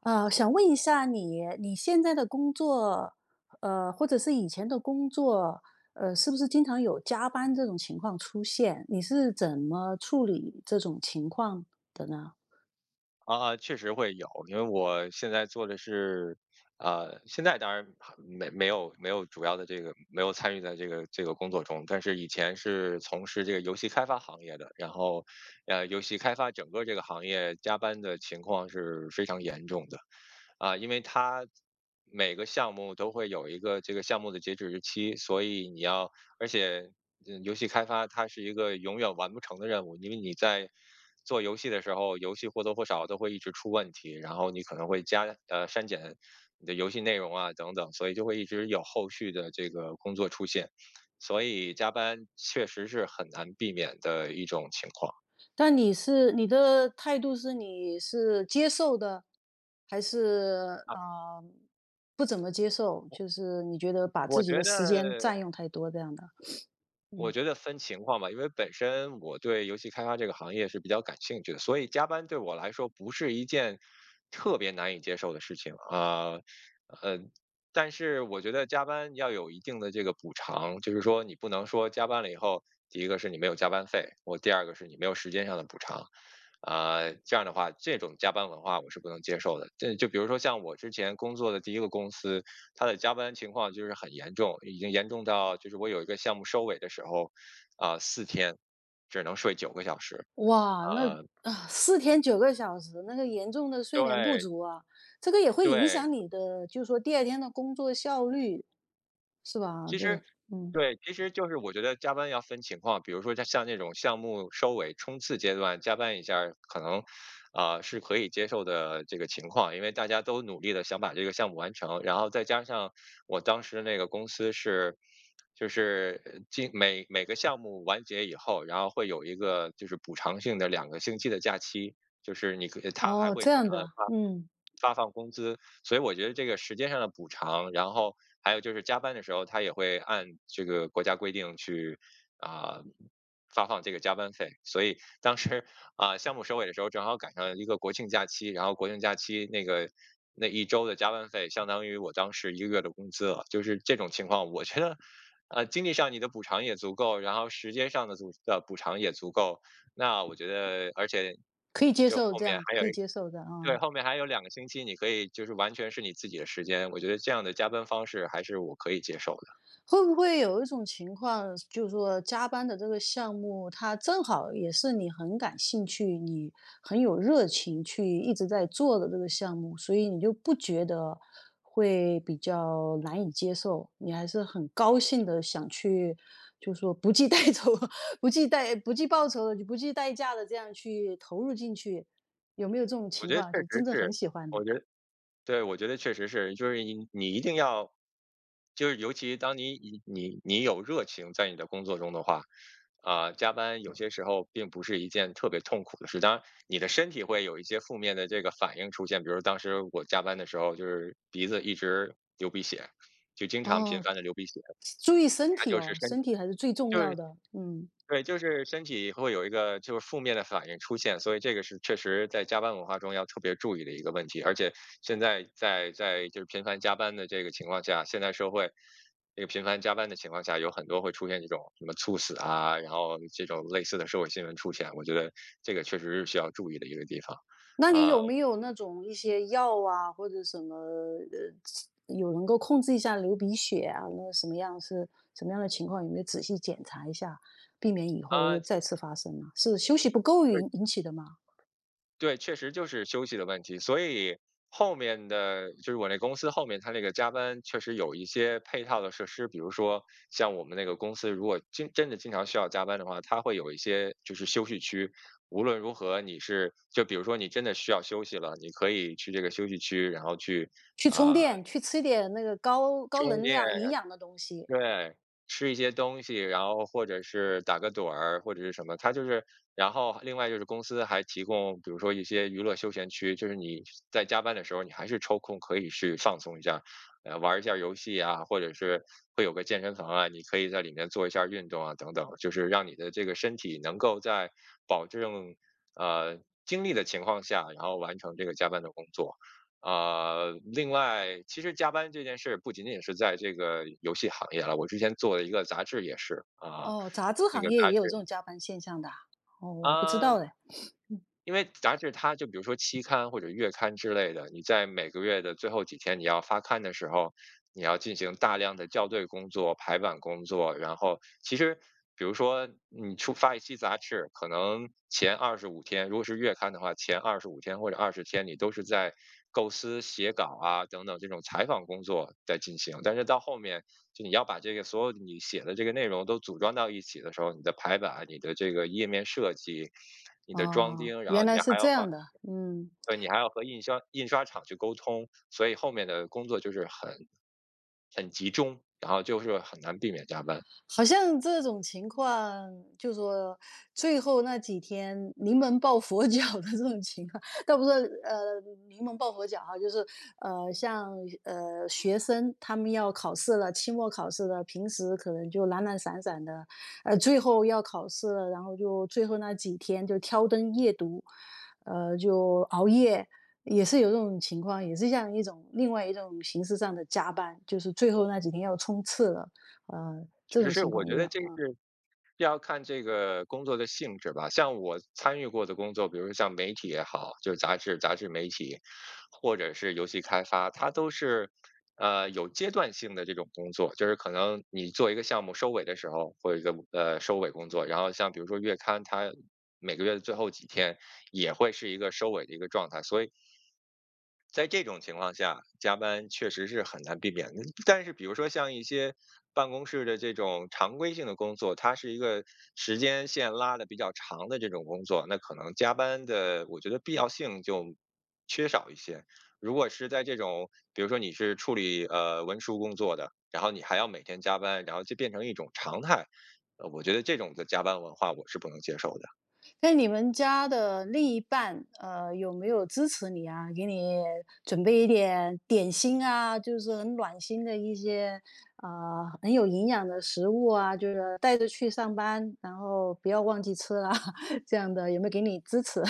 想问一下你，你现在的工作，或者是以前的工作，是不是经常有加班这种情况出现？你是怎么处理这种情况的呢？确实会有，因为我现在做的是，现在当然还没有主要的没有参与在这个工作中，但是以前是从事这个游戏开发行业的，然后，游戏开发整个这个行业加班的情况是非常严重的，因为它每个项目都会有一个这个项目的截止日期，所以你要，而且游戏开发它是一个永远完不成的任务，因为你在做游戏的时候，游戏或多或少都会一直出问题，然后你可能会删减你的游戏内容啊等等，所以就会一直有后续的这个工作出现，所以加班确实是很难避免的一种情况。但你的态度是接受的，还是啊。啊不怎么接受？我就是你觉得把自我己的觉得时间占用太多这样的？我嗯觉得分情况吧，因为本身我对游戏开发这个行业是比较感兴趣的，所以加班对我来说不是一件特别难以接受的事情啊，呃，但是我觉得加班要有一定的这个补偿，就是说你不能说加班了以后，第一个是你没有加班费，我第二个是你没有时间上的补偿，这样的话，这种加班文化我是不能接受的。这就比如说像我之前工作的第一个公司，他的加班情况就是很严重，已经严重到就是我有一个项目收尾的时候，四天只能睡9个小时。哇，那，啊、4天9个小时，那个严重的睡眠不对足啊。这个也会影对。响你的，就是说第二天的工作效率，是吧？其实，嗯，对，其实就是我觉得加班要分情况，比如说像那种项目收尾冲刺阶段加班一下儿可能，是可以接受的这个情况，因为大家都努力的想把这个项目完成，然后再加上我当时那个公司是，进每个项目完结以后，然后会有一个就是补偿性的两个星期的假期，就是你可他还哦，会这正样常的的，嗯，发放工资，所以我觉得这个时间上的补偿，然后还有就是加班的时候，他也会按这个国家规定去啊、发放这个加班费。所以当时项目收尾的时候，正好赶上一个国庆假期，然后国庆假期那一周的加班费，相当于我当时一个月的工资了。就是这种情况，我觉得。经济上你的补偿也足够，然后时间上的补偿也足够，那我觉得，而且可以接就受后这面样，还有可以一。接受的对，啊。后面还有两个星期，你可以就是完全是你自己的时间，我觉得这样的加班方式还是我可以接受的。会不会有一种情况，就是说加班的这个项目，它正好也是你很感兴趣，你很有热情去一直在做的这个项目，所以你就不觉得会比较难以接受，你还是很高兴的想去，就是说不计代酬、不计报酬的、就不计代价的这样去投入进去，有没有这种我情觉得确况？就真实正很是，喜欢的。我觉得对，我觉得确实是，就是你一定要就是尤其当你有热情在你的工作中的话，加班有些时候并不是一件特别痛苦的事。当然你的身体会有一些负面的这个反应出现，比如当时我加班的时候，就是鼻子一直流鼻血，就经常频哦，繁的流鼻血。注意身它体就是哦，身身体还是最重就要是的，嗯。对，就是身体会有一个就是负面的反应出现，所以这个是确实在加班文化中要特别注意的一个问题。而且现在在就是频繁加班的这个情况下，现代社会这个频繁加班的情况下，有很多会出现这种什么猝死啊，然后这种类似的社会新闻出现，我觉得这个确实是需要注意的一个地方。那你啊、有没有那种一些药啊，或者什么有能够控制一下流鼻血啊？那什么样的情况？有没有仔细检查一下，避免以后又啊，再次发生呢？是休息不够引起的吗？对，确实就是休息的问题，所以后面的就是我那公司后面它那个加班确实有一些配套的设施，比如说像我们那个公司，如果真的经常需要加班的话，它会有一些就是休息区。无论如何，就比如说你真的需要休息了，你可以去这个休息区，然后去去充啊、电，去吃点那个高中能间。量、营养的东西。对，吃一些东西，然后或者是打个盹儿，或者是什么，它就是然后另外就是公司还提供，比如说一些娱乐休闲区，就是你在加班的时候，你还是抽空可以去放松一下，玩儿一下游戏啊，或者是会有个健身房啊，你可以在里面做一下运动啊，等等，就是让你的这个身体能够在保证呃精力的情况下，然后完成这个加班的工作。啊，另外，其实加班这件事不仅仅是在这个游戏行业了，我之前做的一个杂志也是啊，哦，杂志那行个业杂也有这志种加班现象的啊。哦，我还不知道啊，嘞。因为杂志它就比如说期刊或者月刊之类的，你在每个月的最后几天你要发刊的时候，你要进行大量的校对工作、排版工作，然后其实比如说你出发一期杂志，可能前二十五天，如果是月刊的话，前二十五天或者20天，你都是在构思、写稿啊等等这种采访工作在进行。但是到后面，就你要把这个所有你写的这个内容都组装到一起的时候，你的排版、你的这个页面设计、你的装哦，订，然原后你来是还要这花样的。嗯，对，你还要和印刷厂去沟通，所以后面的工作就是很集中，然后就是很难避免加班。好像这种情况，就说最后那几天临门抱佛 脚的这种情况，倒不是呃临门抱佛脚哈，就是像学生他们要考试了，期末考试了，平时可能就懒懒散散的，最后要考试了，然后就最后那几天就挑灯夜读，就熬夜。也是有这种情况，也是像一种另外一种形式上的加班，就是最后那几天要冲刺了，这确实种是，情况我觉也有得这个啊。是要看这个工作的性质吧。像我参与过的工作，比如说像媒体也好，就是杂志媒体，或者是游戏开发，它都是有阶段性的这种工作，就是可能你做一个项目收尾的时候，或者一个收尾工作，然后像比如说月刊，它每个月的最后几天也会是一个收尾的一个状态，所以在这种情况下，加班确实是很难避免的。但是比如说像一些办公室的这种常规性的工作，它是一个时间线拉的比较长的这种工作，那可能加班的我觉得必要性就缺少一些。如果是在这种，比如说你是处理文书工作的，然后你还要每天加班，然后就变成一种常态，我觉得这种的加班文化我是不能接受的。那你们家的另一半，有没有支持你啊？给你准备一点点心啊，就是很暖心的一些，很有营养的食物啊，就是带着去上班，然后不要忘记吃啦，这样的有没有给你支持？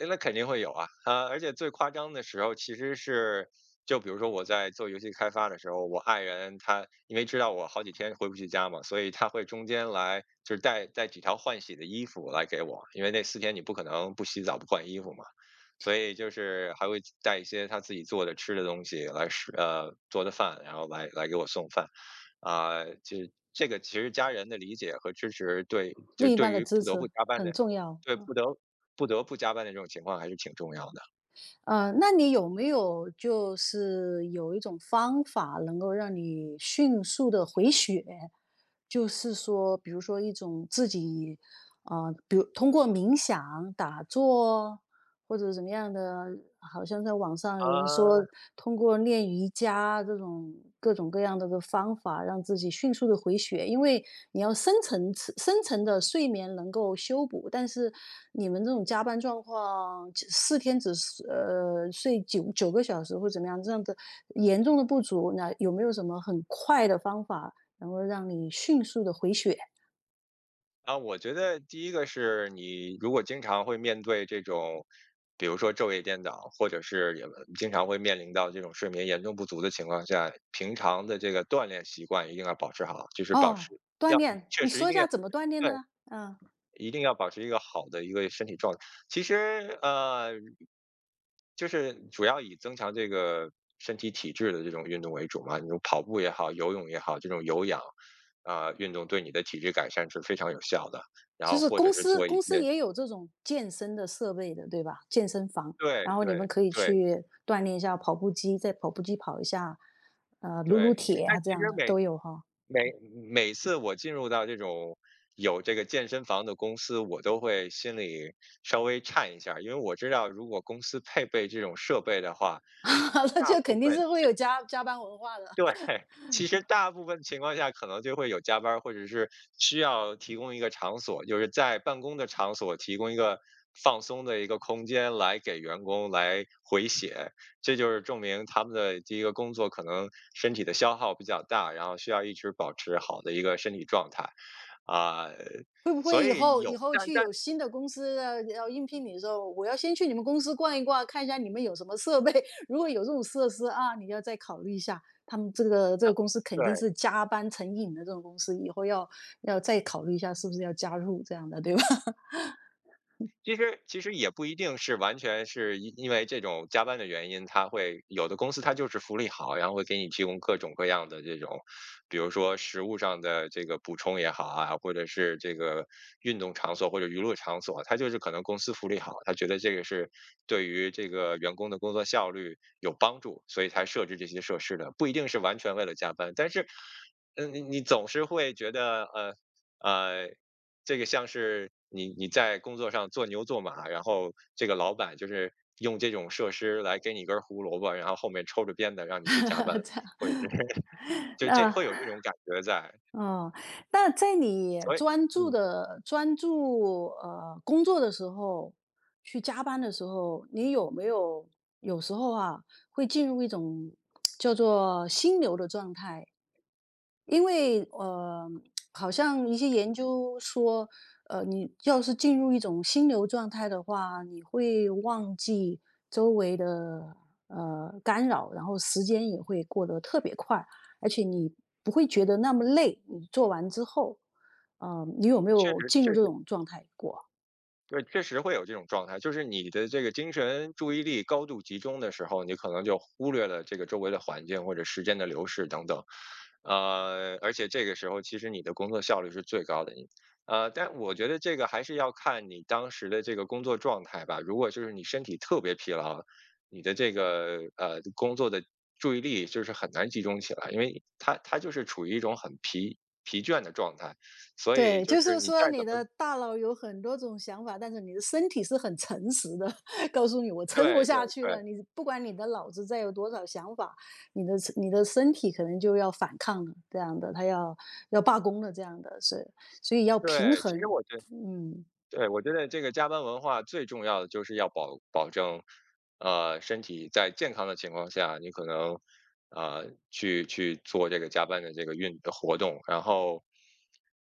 诶，那肯定会有啊，啊，而且最夸张的时候其实是就比如说我在做游戏开发的时候，我爱人她因为知道我好几天回不去家嘛，所以她会中间来就是带几条换洗的衣服来给我，因为那四天你不可能不洗澡不换衣服嘛。所以就是还会带一些他自己做的吃的东西做的饭，然后来给我送饭。这个其实家人的理解和支持，另一半对的于支不得持不加班很的重要。对，不得不加班的这种情况还是挺重要的。那你有没有就是有一种方法能够让你迅速的回血？就是说，比如说一种自己，比如通过冥想、打坐，或者怎么样的，好像在网上啊，有人说，通过练瑜伽这种各种各样的方法，让自己迅速的回血。因为你要深层次、深层的睡眠能够修补，但是你们这种加班状况，只四天只是睡九个小时或怎么样，这样的严重的不足，那有没有什么很快的方法能够让你迅速的回血？我觉得第一个是你如果经常会面对这种，比如说昼夜颠倒，或者是也经常会面临到这种睡眠严重不足的情况下，平常的这个锻炼习惯一定要保持好，就是保哦，持锻要炼，确你实一说一定下要怎么锻炼对，的呢？嗯。一定要保持一个好的一个身体状态。其实，呃就是主要以增强这个身体体质的这种运动为主嘛，你说跑步也好，游泳也好，这种有氧运动对你的体质改善是非常有效的。然就后是或者公是司做一公司些，也有这种健身的设备的，对吧？健身房，对然后你们对可以对去锻炼一下跑步机，在跑步机跑一下，撸撸对。铁啊但这其样实的每都有哈。每每次我进入到这种有这个健身房的公司，我都会心里稍微颤一下儿，因为我知道如果公司配备这种设备的话，那大就部肯定分是会有加班文化的。对，其实大部分情况下可能就会有加班儿，或者是需要提供一个场所，就是在办公的场所提供一个放松的一个空间来给员工来回血，这就是证明他们的第一个工作可能身体的消耗比较大，然后需要一直保持好的一个身体状态，啊，会不会所以以后以有，后但去但有新的公司要应聘你的时候，我要先去你们公司逛一逛，看一下你们有什么设备？如果有这种设施啊，你要再考虑一下。他们这个这但个公司肯定对。是加班成瘾的这种公司，以后要再考虑一下是不是要加入这样的，对吧？其实也不一定是完全是因为这种加班的原因，他会有的公司他就是福利好，然后会给你提供各种各样的这种，比如说食物上的这个补充也好啊，或者是这个运动场所或者娱乐场所，他就是可能公司福利好，他觉得这个是对于这个员工的工作效率有帮助，所以才设置这些设施的，不一定是完全为了加班，但是。嗯，你你总是会觉得，呃，这个像是你你在工作上做牛做马，然后这个老板就是用这种设施来给你一根儿胡萝卜，然后后面抽着鞭子让你去加班，这或样，者是 就这那会有这种感觉在，哦，在你所以专注嗯，的专注呃工作的时候，去加班的时候，你有没有有时候会进入一种叫做心流的状态？因为好像一些研究说，你要是进入一种心流状态的话，你会忘记周围的干扰，然后时间也会过得特别快。而且你不会觉得那么累，你做完之后，你有没确有实进确入这实种状态过？对，确实会有这种状态，就是你的这个精神注意力高度集中的时候，你可能就忽略了这个周围的环境或者时间的流逝等等，而且这个时候其实你的工作效率是最高的，但我觉得这个还是要看你当时的这个工作状态吧。如果就是你身体特别疲劳，你的这个工作的注意力就是很难集中起来，因为它就是处于一种很疲倦的状态，所对，以就就是是你说再你怎的么大脑有很多种想法，但是你的身体是很诚实的，告诉你我撑不对对下去对，了。你不管你的脑子再有多少想法，你的身体可能就要反抗了，这样的，他要罢工了，这样的，是，所以要平对，其实衡，我觉嗯。对，我觉得这个加班文化最重要的就是要保证，呃，身体在健康的情况下，你可能，呃，去做这个加班的这个运的活动，然后，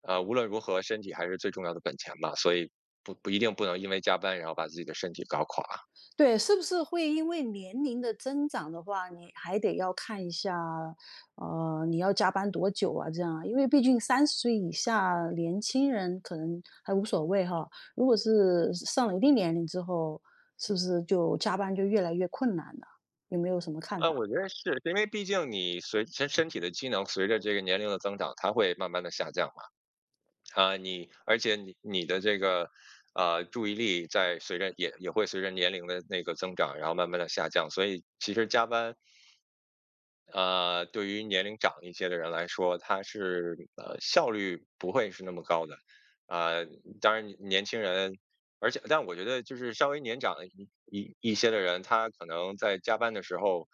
呃，无论如何，身体还是最重要的本钱嘛，所以不一定不能因为加班然后把自己的身体搞垮。对，是不是会因为年龄的增长的话，你还得要看一下，你要加班多久啊？这样啊，因为毕竟30岁以下年轻人可能还无所谓哈。如果是上了一定年龄之后，是不是就加班就越来越困难了？有没有什么看呃，法？我觉得是因为毕竟你身体的机能随着这个年龄的增长，它会慢慢的下降。嘛。啊，你而且你你的这个，呃，注意力在随着也会随着年龄的那个增长，然后慢慢的下降，所以其实加班呃，对于年龄长一些的人来说，他是呃效率不会是那么高的，呃，当然年轻人，而且但我觉得就是稍微年长一些的人，他可能在加班的时候，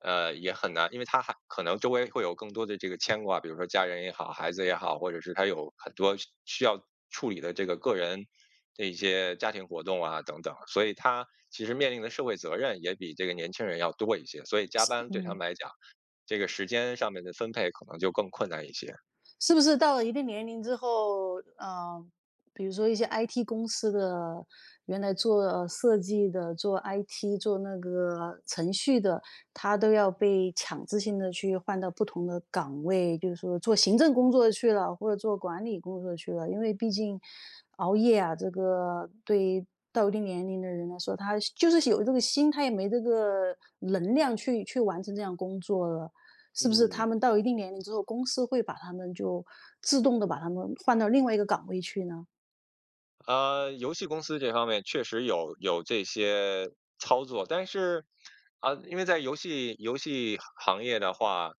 呃，也很难，因为他还可能周围会有更多的这个牵挂，比如说家人也好，孩子也好，或者是他有很多需要处理的这个个人的一些家庭活动啊等等，所以他其实面临的社会责任也比这个年轻人要多一些，所以加是，班对他们嗯，来讲。这个时间上面的分配可能就更困难一些。是不是到了一定年龄之后，比如说一些 IT 公司的，原来做设计的、做 IT、做那个程序的，他都要被强制性的去换到不同的岗位，就是说做行政工作去了，或者做管理工作去了。因为毕竟熬夜啊，这个对于到一定年龄的人来说，他就是有这个心，他也没这个能量去完成这样工作了。是不是他嗯，们到一定年龄之后，公司会把他们就自动的把他们换到另外一个岗位去呢？呃，游戏公司这方面确实有这些操作，但是因为在游戏行业的话，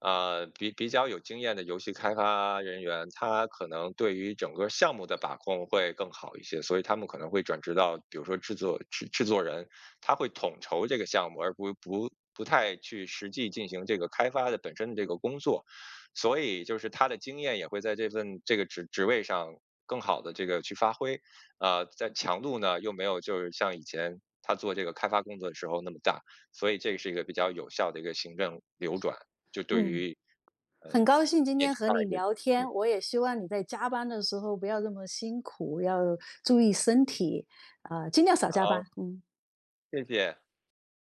呃，比较有经验的游戏开发人员，他可能对于整个项目的把控会更好一些，所以他们可能会转职到，比如说制作人，他会统筹这个项目，而不太去实际进行这个开发的本身的这个工作。所以就是他的经验也会在这份这个职位上更好的这个去发挥。呃，在强度呢，又没有就是像以前他做这个开发工作的时候那么大，所以这是一个比较有效的一个行政流转，就对嗯，于嗯，呃，很高兴今年天纪和大你一个。聊嗯，天，我也希望你在加班的时候不要这么辛苦，要注意身体，尽量少加好，班。嗯。谢谢。